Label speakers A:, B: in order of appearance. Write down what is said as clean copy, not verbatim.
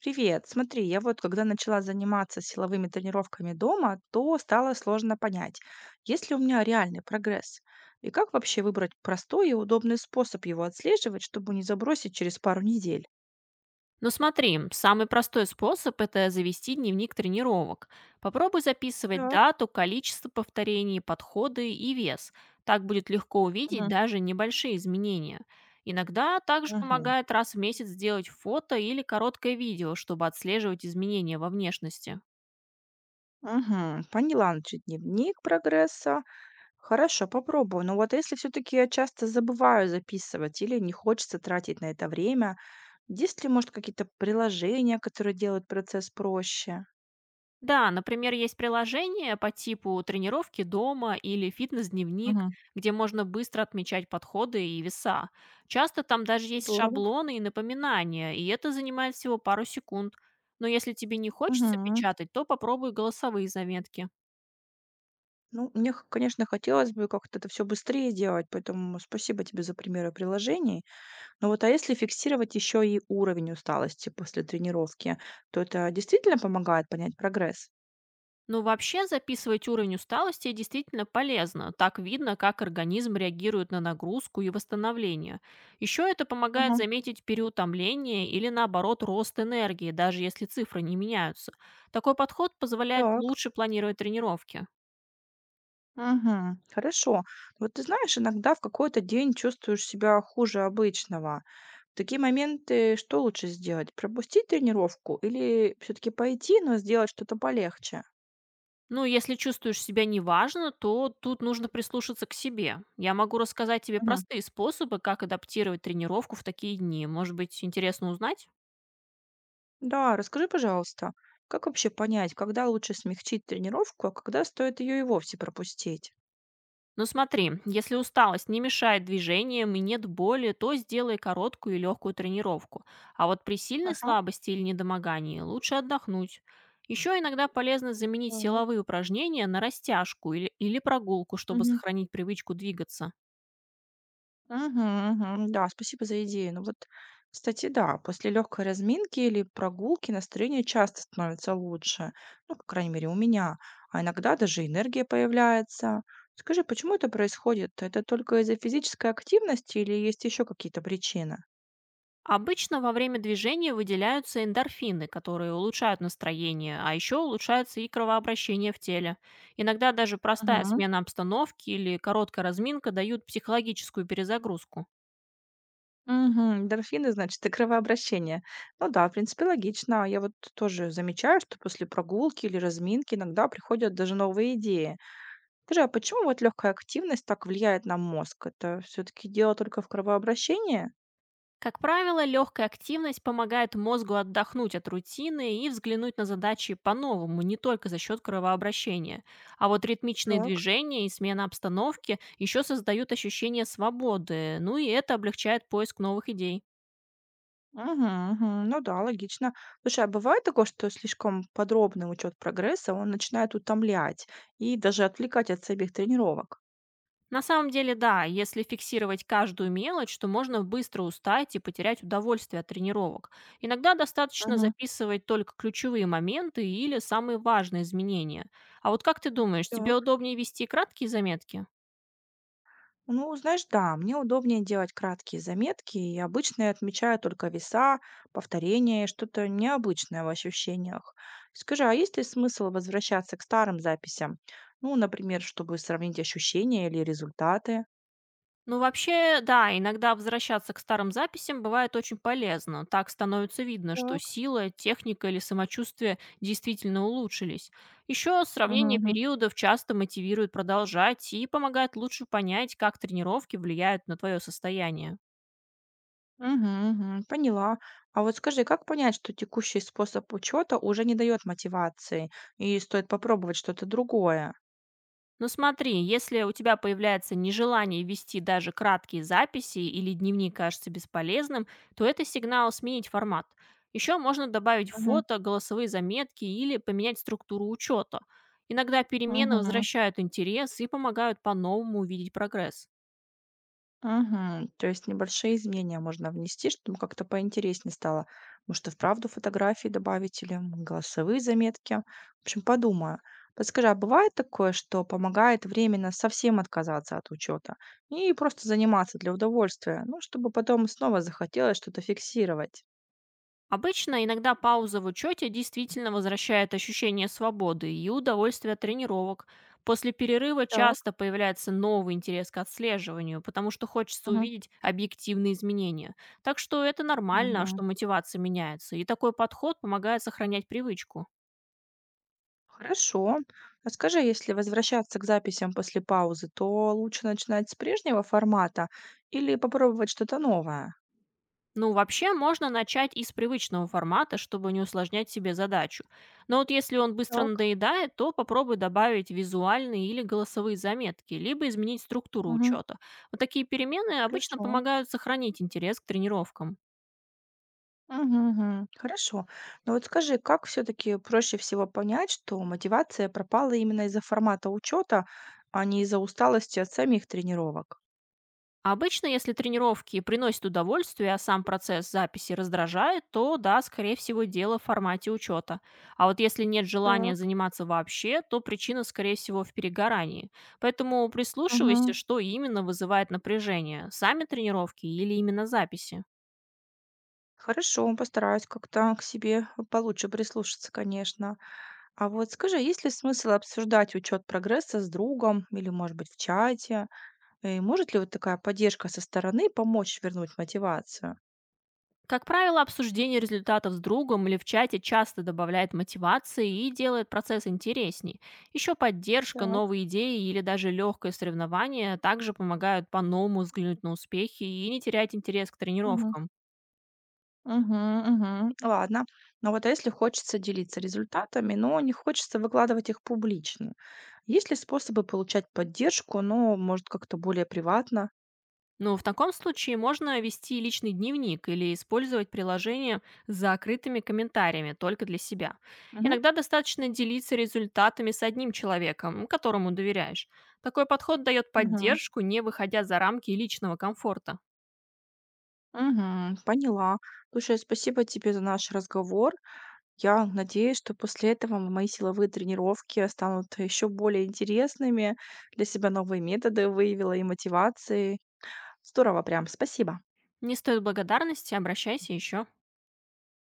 A: Привет. Смотри, я вот когда начала заниматься силовыми тренировками дома, то стало сложно понять, есть ли у меня реальный прогресс. И как вообще выбрать простой и удобный способ его отслеживать, чтобы не забросить через пару недель?
B: Ну, смотри, самый простой способ — это завести дневник тренировок. Попробуй записывать
A: Так.
B: дату, количество повторений, подходы и вес. Так будет легко увидеть
A: Мгм.
B: даже небольшие изменения. Иногда также
A: Мгм.
B: помогает раз в месяц сделать фото или короткое видео, чтобы отслеживать изменения во внешности.
A: Угу. Поняла, значит, дневник прогресса. Хорошо, попробую. Но вот если все-таки я часто забываю записывать или не хочется тратить на это время, есть ли, может, какие-то приложения, которые делают процесс проще?
B: Да, например, есть приложения по типу тренировки дома или фитнес-дневник,
A: Мгм.
B: где можно быстро отмечать подходы и веса. Часто там даже есть
A: Здорово.
B: шаблоны и напоминания, и это занимает всего пару секунд. Но если тебе не хочется
A: Мгм.
B: печатать, то попробуй голосовые заметки.
A: Ну, мне, конечно, хотелось бы как-то это все быстрее делать, поэтому спасибо тебе за примеры приложений. Но вот а если фиксировать еще и уровень усталости после тренировки, то это действительно помогает понять прогресс?
B: Но вообще записывать уровень усталости действительно полезно. Так видно, как организм реагирует на нагрузку и восстановление. Еще это помогает
A: Мгм.
B: заметить переутомление или, наоборот, рост энергии, даже если цифры не меняются. Такой подход позволяет
A: Так,
B: лучше планировать тренировки.
A: угу, хорошо. Вот ты знаешь, иногда в какой-то день чувствуешь себя хуже обычного. В такие моменты что лучше сделать? Пропустить тренировку или все-таки пойти, но сделать что-то полегче?
B: Ну, если чувствуешь себя неважно, то тут нужно прислушаться к себе. Я могу рассказать тебе
A: Мгм.
B: простые способы, как адаптировать тренировку в такие дни. Может быть, интересно узнать?
A: Да, расскажи, пожалуйста, как вообще понять, когда лучше смягчить тренировку, а когда стоит ее и вовсе пропустить?
B: Но смотри, если усталость не мешает движениям и нет боли, то сделай короткую и легкую тренировку. А вот при сильной
A: Ага,
B: слабости или недомогании лучше отдохнуть. Еще иногда полезно заменить
A: так.
B: силовые упражнения на растяжку или прогулку, чтобы
A: Мгм.
B: сохранить привычку двигаться.
A: Мгм, мгм. Да, спасибо за идею. Ну вот, кстати, да, после легкой разминки или прогулки настроение часто становится лучше. Ну, по крайней мере, у меня. А иногда даже энергия появляется. Скажи, почему это происходит? Это только из-за физической активности или есть еще какие-то причины?
B: Обычно во время движения выделяются эндорфины, которые улучшают настроение, а еще улучшается и кровообращение в теле. Иногда даже простая смена обстановки или короткая разминка дают психологическую перезагрузку.
A: Мгм. Эндорфины, значит, и кровообращение. Ну да, в принципе, логично. А я вот тоже замечаю, что после прогулки или разминки иногда приходят даже новые идеи. Скажи, а почему вот легкая активность так влияет на мозг? Это все-таки дело только в кровообращении?
B: Как правило, легкая активность помогает мозгу отдохнуть от рутины и взглянуть на задачи по-новому, не только за счет кровообращения. А вот ритмичные
A: Так.
B: движения и смена обстановки еще создают ощущение свободы, ну и это облегчает поиск новых идей.
A: Угу, ну да, логично. Слушай, а бывает такое, что слишком подробный учет прогресса, он начинает утомлять и даже отвлекать от самих тренировок?
B: На самом деле, да, если фиксировать каждую мелочь, то можно быстро устать и потерять удовольствие от тренировок. Иногда достаточно
A: Угу.
B: записывать только ключевые моменты или самые важные изменения. А вот как ты думаешь, тебе
A: Так.
B: удобнее вести краткие заметки?
A: Ну, знаешь, да, мне удобнее делать краткие заметки, и обычно я отмечаю только веса, повторения и что-то необычное в ощущениях. Скажи, а есть ли смысл возвращаться к старым записям? Ну, например, чтобы сравнить ощущения или результаты?
B: Ну, вообще, да, иногда возвращаться к старым записям бывает очень полезно. Так становится видно, что
A: Так.
B: сила, техника или самочувствие действительно улучшились. Еще
A: Мгм,
B: сравнение
A: мгм.
B: периодов часто мотивирует продолжать и помогает лучше понять, как тренировки влияют на твое состояние.
A: Мгм, мгм, поняла. А вот скажи, как понять, что текущий способ учета уже не дает мотивации, и стоит попробовать что-то другое?
B: Но смотри, если у тебя появляется нежелание вести даже краткие записи или дневник кажется бесполезным, то это сигнал сменить формат. Еще можно добавить
A: Мгм,
B: фото, голосовые заметки или поменять структуру учета. Иногда перемены
A: мгм.
B: возвращают интерес и помогают по-новому увидеть прогресс.
A: Мгм. То есть небольшие изменения можно внести, чтобы как-то поинтереснее стало. Может, и вправду фотографии добавить или голосовые заметки. В общем, подумаю. Подскажи, а бывает такое, что помогает временно совсем отказаться от учета и просто заниматься для удовольствия, ну, чтобы потом снова захотелось что-то фиксировать?
B: Обычно иногда пауза в учете действительно возвращает ощущение свободы и удовольствие от тренировок. После перерыва
A: Так.
B: часто появляется новый интерес к отслеживанию, потому что хочется
A: Мгм.
B: увидеть объективные изменения. Так что это нормально,
A: Мгм.
B: что мотивация меняется, и такой подход помогает сохранять привычку.
A: Хорошо. А скажи, если возвращаться к записям после паузы, то лучше начинать с прежнего формата или попробовать что-то новое?
B: Ну, вообще можно начать из привычного формата, чтобы не усложнять себе задачу. Но вот если он быстро
A: Так.
B: надоедает, то попробуй добавить визуальные или голосовые заметки, либо изменить структуру
A: Мгм.
B: учета. Вот такие перемены обычно
A: Хорошо.
B: помогают сохранить интерес к тренировкам.
A: Мгм, мгм. Хорошо. Но вот скажи, как все-таки проще всего понять, что мотивация пропала именно из-за формата учета, а не из-за усталости от самих тренировок?
B: Обычно, если тренировки приносят удовольствие, а сам процесс записи раздражает, то да, скорее всего, дело в формате учета. А вот если нет
A: Так.
B: желания заниматься вообще, то причина, скорее всего, в перегорании. Поэтому прислушивайся,
A: Мгм.
B: что именно вызывает напряжение, сами тренировки или именно записи.
A: Хорошо, постараюсь как-то к себе получше прислушаться, конечно. А вот скажи, есть ли смысл обсуждать учет прогресса с другом или, может быть, в чате? И может ли вот такая поддержка со стороны помочь вернуть мотивацию?
B: Как правило, обсуждение результатов с другом или в чате часто добавляет мотивации и делает процесс интересней. Еще поддержка,
A: Так.
B: новые идеи или даже легкое соревнование также помогают по-новому взглянуть на успехи и не терять интерес к тренировкам.
A: Мгм, мгм. Ладно. Но вот, а если хочется делиться результатами, но не хочется выкладывать их публично? Есть ли способы получать поддержку, но, может, как-то более приватно?
B: Ну, в таком случае можно вести личный дневник или использовать приложение с закрытыми комментариями только для себя.
A: Мгм,
B: Иногда достаточно делиться результатами с одним человеком, которому доверяешь. Такой подход дает
A: мгм,
B: поддержку, не выходя за рамки личного комфорта.
A: мгм. Поняла. Слушай, спасибо тебе за наш разговор. Я надеюсь, что после этого мои силовые тренировки станут еще более интересными. Для себя новые методы выявила и мотивации. Здорово прям. Спасибо.
B: Не стоит благодарности, обращайся еще.